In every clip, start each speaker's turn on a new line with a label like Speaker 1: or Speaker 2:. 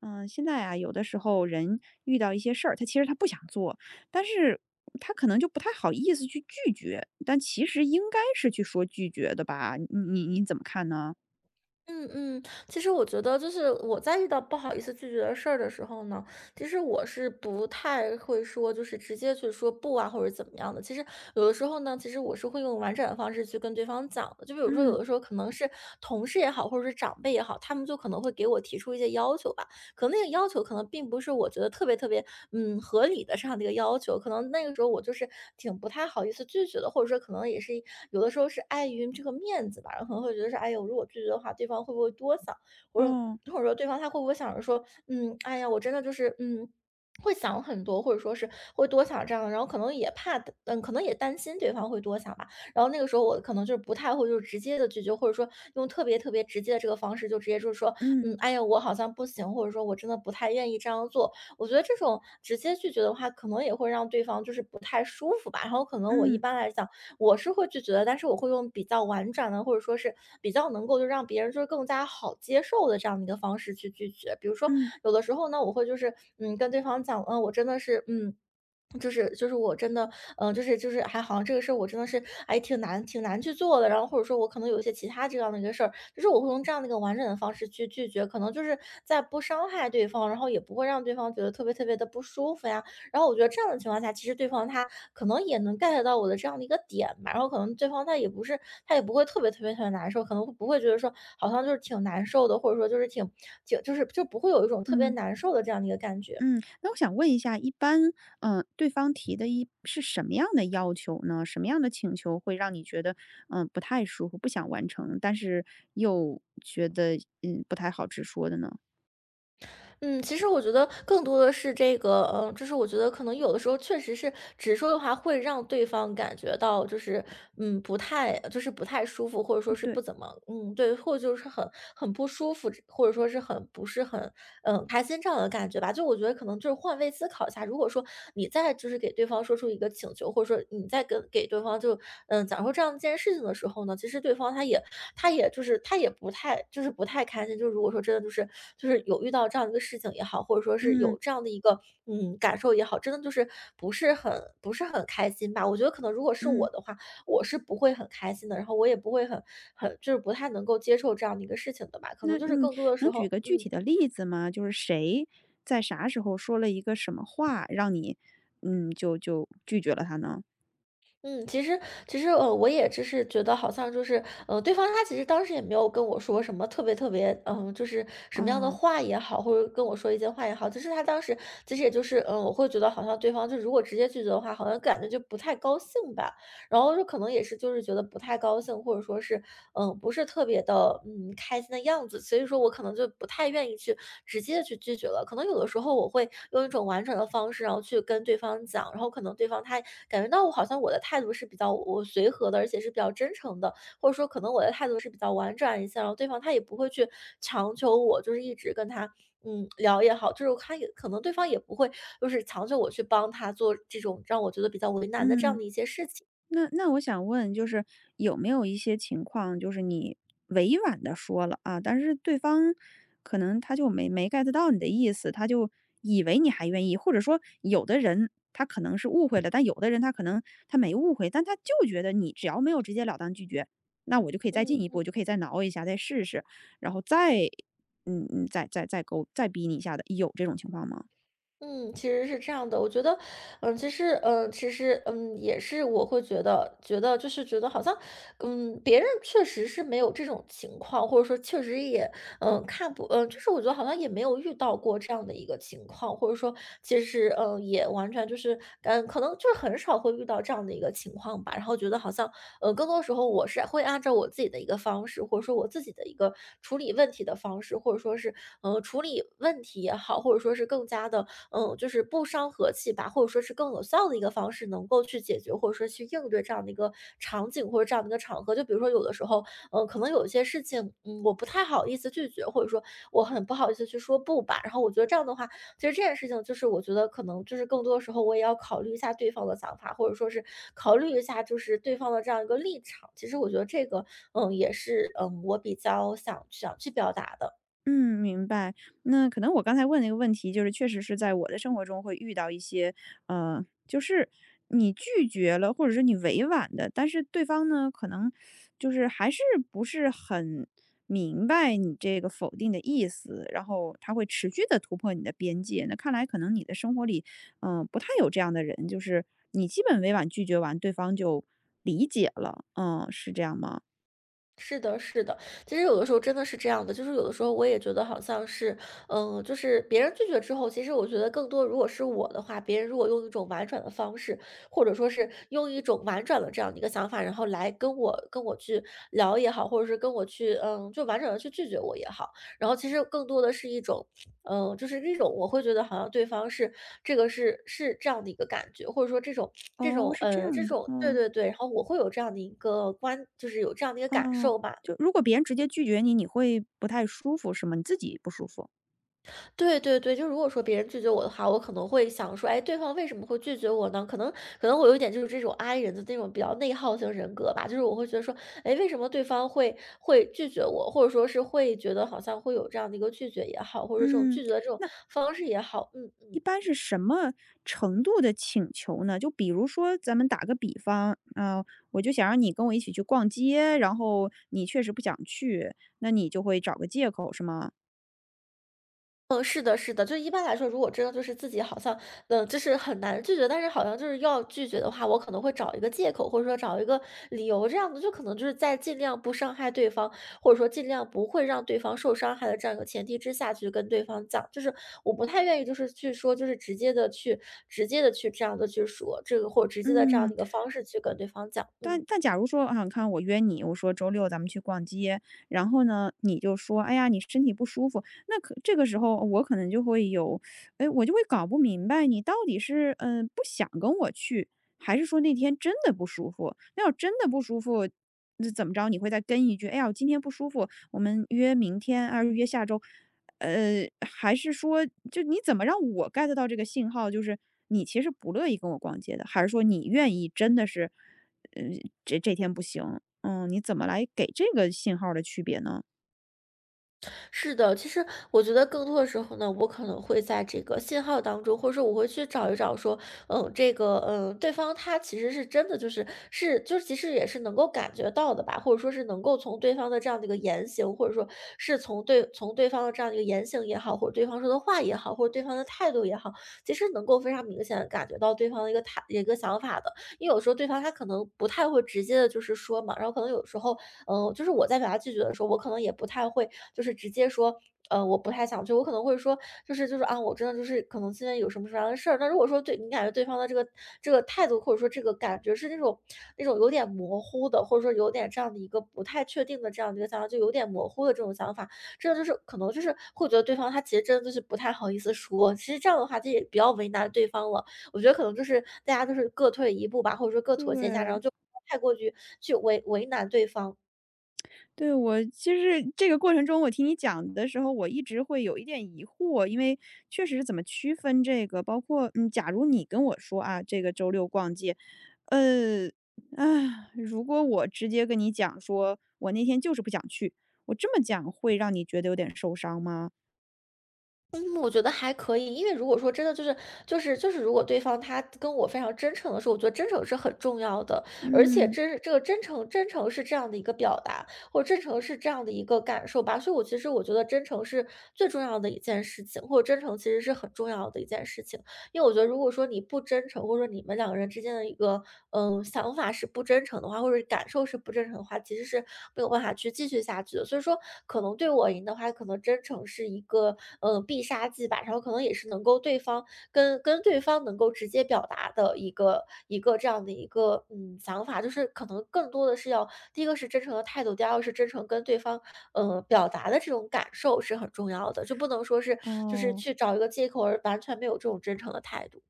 Speaker 1: 嗯，现在啊，有的时候人遇到一些事儿，他其实不想做，但是他可能就不太好意思去拒绝，但其实应该是去说拒绝的吧？你怎么看呢？
Speaker 2: 嗯，其实我觉得就是我在遇到不好意思拒绝的事儿的时候呢，其实我是不太会说，就是直接去说不啊，或者怎么样的。其实有的时候呢，其实我是会用婉转的方式去跟对方讲的。就比如说有
Speaker 1: 嗯，
Speaker 2: 的时候可能是同事也好，或者是长辈也好，他们就可能会给我提出一些要求吧。可能那个要求可能并不是我觉得特别特别，合理的上的一个要求，可能那个时候我就是挺不太好意思拒绝的，或者说可能也是有的时候是碍于这个面子吧，然后可能会觉得说，哎呦，如果拒绝的话，对方会不会多想，或者
Speaker 1: 哦，
Speaker 2: 说对方他会不会想着说，哎呀，我真的就是会想很多，或者说是会多想这样的，然后可能也怕，可能也担心对方会多想吧。然后那个时候我可能就是不太会，就是直接的拒绝，或者说用特别特别直接的这个方式，就直接就是说
Speaker 1: 嗯
Speaker 2: 哎呀，我好像不行，或者说我真的不太愿意这样做。我觉得这种直接拒绝的话，可能也会让对方就是不太舒服吧。然后可能我一
Speaker 1: 嗯
Speaker 2: 般来讲，我是会拒绝的，但是我会用比较婉转的，或者说是比较能够就让别人就是更加好接受的这样的一个方式去拒绝。比如说
Speaker 1: 嗯
Speaker 2: 有的时候呢，我会就是跟对方讲，我真的是就是我真的，就是还好，这个事儿我真的是挺难去做的。然后或者说我可能有一些其他这样的一个事儿，就是我会用这样的一个完整的方式去拒绝，可能就是在不伤害对方，然后也不会让对方觉得特别特别的不舒服呀。然后我觉得这样的情况下，其实对方他可能也能 get 到我的这样的一个点吧，然后可能对方他也不是他不会特别特别特别难受，可能会不会觉得说好像就是挺难受的，或者说就是挺就是就不会有一种特别
Speaker 1: 嗯
Speaker 2: 难受的这样的一个感觉。
Speaker 1: 嗯。那我想问一下，一般对方提的一是什么样的要求呢？什么样的请求会让你觉得不太舒服，不想完成，但是又觉得不太好直说的呢？
Speaker 2: 嗯，其实我觉得更多的是这个，就是我觉得可能有的时候确实是直说的话，会让对方感觉到就是，不太，就是不太舒服，或者说是
Speaker 1: 对，
Speaker 2: 不怎么，嗯，对，或者就是很不舒服，或者说是很不是很，开心这样的感觉吧。就我觉得可能就是换位思考一下，如果说你再就是给对方说出一个请求，或者说你再跟给对方就，讲说这样一件事情的时候呢，其实对方他也他就是他也不太就是不太开心。就是如果说真的就是有遇到这样一个事情也好，或者说是
Speaker 1: 嗯
Speaker 2: 有这样的一个感受也好，真的就是不是很不是很开心吧。我觉得可能如果是
Speaker 1: 嗯。
Speaker 2: 我的话，我是不会很开心的，然后我也不会很就是不太能够接受这样的一个事情的吧。可能
Speaker 1: 那
Speaker 2: 就是更多的时
Speaker 1: 能举
Speaker 2: 候，
Speaker 1: 个具
Speaker 2: 嗯。
Speaker 1: 体的例子吗？就是谁在啥时候说了一个什么话，让你，就拒绝了他呢？
Speaker 2: 嗯，其实其实,我也只是觉得好像就是，对方他其实当时也没有跟我说什么特别特别，就是什么样的
Speaker 1: 哦，
Speaker 2: 话也好，或者跟我说一些话也好，其实他当时其实也就是，我会觉得好像对方就如果直接拒绝的话，好像感觉就不太高兴吧。然后就可能也是就是觉得不太高兴，或者说是，不是特别的，开心的样子，所以说我可能就不太愿意去直接的去拒绝了。可能有的时候我会用一种婉转的方式，然后去跟对方讲，然后可能对方他感觉到我好像我的态度是比较我随和的，而且是比较真诚的，或者说可能我的态度是比较婉转一些，然后对方他也不会去强求我，就是一直跟他。聊也好，就是他也可能对方也不会，就是强求我去帮他做这种让我觉得比较为难的这样
Speaker 1: 嗯。
Speaker 2: 的一些事情。
Speaker 1: 那我想问，就是有没有一些情况，就是你委婉的说了啊，但是对方可能他就没 get 到你的意思，他就以为你还愿意，或者说有的人他可能是误会了，但有的人他可能没误会，但他就觉得你只要没有直截了当拒绝，那我就可以再进
Speaker 2: 嗯，
Speaker 1: 一步，我就可以再挠一下，再试试，然后再再勾再逼你一下的，有这种情况吗？
Speaker 2: 嗯，其实是这样的，我觉得，其实，也是我会觉得，觉得就是觉得好像，别人确实是没有这种情况，或者说确实也，看不，就是我觉得好像也没有遇到过这样的一个情况，或者说其实，也完全就是，可能就是很少会遇到这样的一个情况吧。然后觉得好像，更多时候我是会按照我自己的一个方式，或者说我自己的一个处理问题的方式，或者说是，处理问题也好，或者说是更加的。嗯，就是不伤和气吧，或者说是更有效的一个方式，能够去解决或者说去应对这样的一个场景或者这样的一个场合。就比如说有的时候，可能有一些事情，我不太好意思拒绝，或者说我很不好意思去说不吧。然后我觉得这样的话，其实这件事情就是我觉得可能就是更多的时候我也要考虑一下对方的想法，或者说是考虑一下就是对方的这样一个立场。其实我觉得这个，也是我比较想去表达的。
Speaker 1: 嗯，明白。那可能我刚才问那个问题，就是确实是在我的生活中会遇到一些，就是你拒绝了，或者是你委婉的，但是对方呢，可能就是还是不是很明白你这个否定的意思，然后他会持续的突破你的边界。那看来可能你的生活里，不太有这样的人，就是你基本委婉拒绝完，对方就理解了。嗯，是这样吗？
Speaker 2: 是的，是的，其实有的时候真的是这样的，就是有的时候我也觉得好像是，就是别人拒绝之后，其实我觉得更多，如果是我的话，别人如果用一种婉转的方式，或者说是用一种婉转的这样的一个想法，然后来跟我去聊也好，或者是跟我去，就婉转的去拒绝我也好，然后其实更多的是一种就是这种我会觉得好像对方是这个是这样的一个感觉，或者说这种这
Speaker 1: 哦，
Speaker 2: 种
Speaker 1: 是这
Speaker 2: 这
Speaker 1: 样的。
Speaker 2: 种对
Speaker 1: 嗯。
Speaker 2: 对对，然后我会有这样的一个观，就是有这样的一个感
Speaker 1: 哦，
Speaker 2: 受吧。
Speaker 1: 就如果别人直接拒绝你，你会不太舒服是吗？你自己不舒服？
Speaker 2: 对对对，就如果说别人拒绝我的话，我可能会想说，哎，对方为什么会拒绝我呢？可能我有一点就是这种 I 人的那种比较内耗型人格吧，就是我会觉得说，哎，为什么对方会拒绝我，或者说是会觉得好像会有这样的一个拒绝也好，或者说这种
Speaker 1: 嗯，
Speaker 2: 拒绝的这种
Speaker 1: 那
Speaker 2: 方式也好，嗯，
Speaker 1: 一般是什么程度的请求呢？就比如说咱们打个比方，啊、我就想让你跟我一起去逛街，然后你确实不想去，那你就会找个借口是吗？
Speaker 2: 嗯，是的，是的，就一般来说，如果真的就是自己好像，嗯，就是很难拒绝，但是好像就是要拒绝的话，我可能会找一个借口，或者说找一个理由，这样子就可能就是在尽量不伤害对方，或者说尽量不会让对方受伤害的这样一个前提之下去跟对方讲，就是我不太愿意就是去说，就是直接的去直接的去这样的去说这个，或者直接的这样
Speaker 1: 嗯，
Speaker 2: 的一个方式去跟对方讲，嗯。
Speaker 1: 但假如说啊，你看我约你，我说周六咱们去逛街，然后呢，你就说，哎呀，你身体不舒服，那可这个时候我可能就会有，哎，我就会搞不明白你到底是不想跟我去，还是说那天真的不舒服？那要真的不舒服，那怎么着？你会再跟一句，哎呀，我今天不舒服，我们约明天，啊，约下周，还是说，就你怎么让我 get 到这个信号，就是你其实不乐意跟我逛街的，还是说你愿意真的是？呃，这天不行，嗯，你怎么来给这个信号的区别呢？
Speaker 2: 是的，其实我觉得更多的时候呢，我可能会在这个信号当中，或者说我会去找一找说，嗯，这个，嗯，对方他其实是真的就是是就是其实也是能够感觉到的吧，或者说是能够从对方的这样的一个言行，或者说是从对从对方的这样的一个言行也好，或者对方说的话也好，或者对方的态度也好，其实能够非常明显的感觉到对方的一个态一个想法的，因为有时候对方他可能不太会直接的就是说嘛，然后可能有时候，嗯，就是我在表达拒绝的时候，我可能也不太会就是直接说，我不太想去，我可能会说，就是就是啊，我真的就是可能今天有什么什么样的事儿。那如果说对你感觉对方的这个这个态度，或者说这个感觉是那种那种有点模糊的，或者说有点这样的一个不太确定的这样的一个想法，就有点模糊的这种想法，真的就是可能就是会觉得对方他其实真的就是不太好意思说。其实这样的话，这也比较为难对方了。我觉得可能就是大家就是各退一步吧，或者说各妥协一下，然
Speaker 1: 对，
Speaker 2: 后就不要太过于去为难对方。
Speaker 1: 对，我其实这个过程中，我听你讲的时候，我一直会有一点疑惑，因为确实怎么区分这个，包括假如你跟我说啊，这个周六逛街，呃，啊，如果我直接跟你讲说，我那天就是不想去，我这么讲会让你觉得有点受伤吗？
Speaker 2: 嗯，我觉得还可以，因为如果说真的就是就是就是，如果对方他跟我非常真诚的时候，我觉得真诚是很重要的，而且
Speaker 1: 嗯，
Speaker 2: 真这个真诚真诚是这样的一个表达，或者真诚是这样的一个感受吧。所以，我其实我觉得真诚是最重要的一件事情，或者真诚其实是很重要的一件事情。因为我觉得如果说你不真诚，或者说你们两个人之间的一个嗯想法是不真诚的话，或者是感受是不真诚的话，其实是没有办法去继续下去的。所以说，可能对我赢的话，可能真诚是一个嗯必杀技吧，然后可能也是能够对方跟对方能够直接表达的一个一个这样的一个嗯想法，就是可能更多的是要第一个是真诚的态度，第二个是真诚跟对方表达的这种感受是很重要的，就不能说是就是
Speaker 1: 哦。
Speaker 2: 去找一个借口而完全没有这种真诚的态度。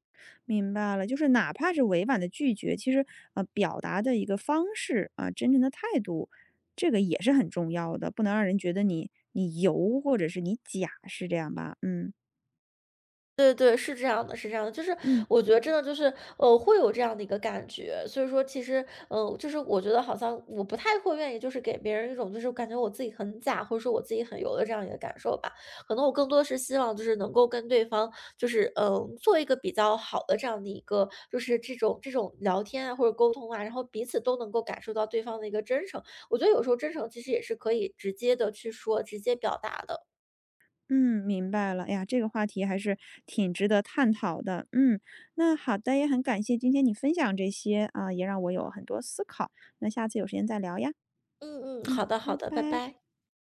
Speaker 1: 明白了，就是哪怕是委婉的拒绝，其实表达的一个方式啊、真诚的态度，这个也是很重要的，不能让人觉得你油或者是你假，是这样吧？嗯
Speaker 2: 对对，是这样的，是这样的，就是
Speaker 1: 嗯
Speaker 2: 我觉得真的就是，会有这样的一个感觉，所以说其实，嗯，就是我觉得好像我不太会愿意，就是给别人一种就是感觉我自己很假，或者说我自己很油的这样一个感受吧。可能我更多是希望就是能够跟对方就是，嗯，做一个比较好的这样的一个就是这种这种聊天啊或者沟通啊，然后彼此都能够感受到对方的一个真诚。我觉得有时候真诚其实也是可以直接的去说，直接表达的。
Speaker 1: 嗯，明白了。哎呀，这个话题还是挺值得探讨的。嗯，那好的，也很感谢今天你分享这些啊、也让我有很多思考。那下次有时间再聊呀。
Speaker 2: 嗯嗯，
Speaker 1: 嗯，
Speaker 2: 好的好
Speaker 1: 拜
Speaker 2: 的，拜
Speaker 1: 拜。
Speaker 2: 拜。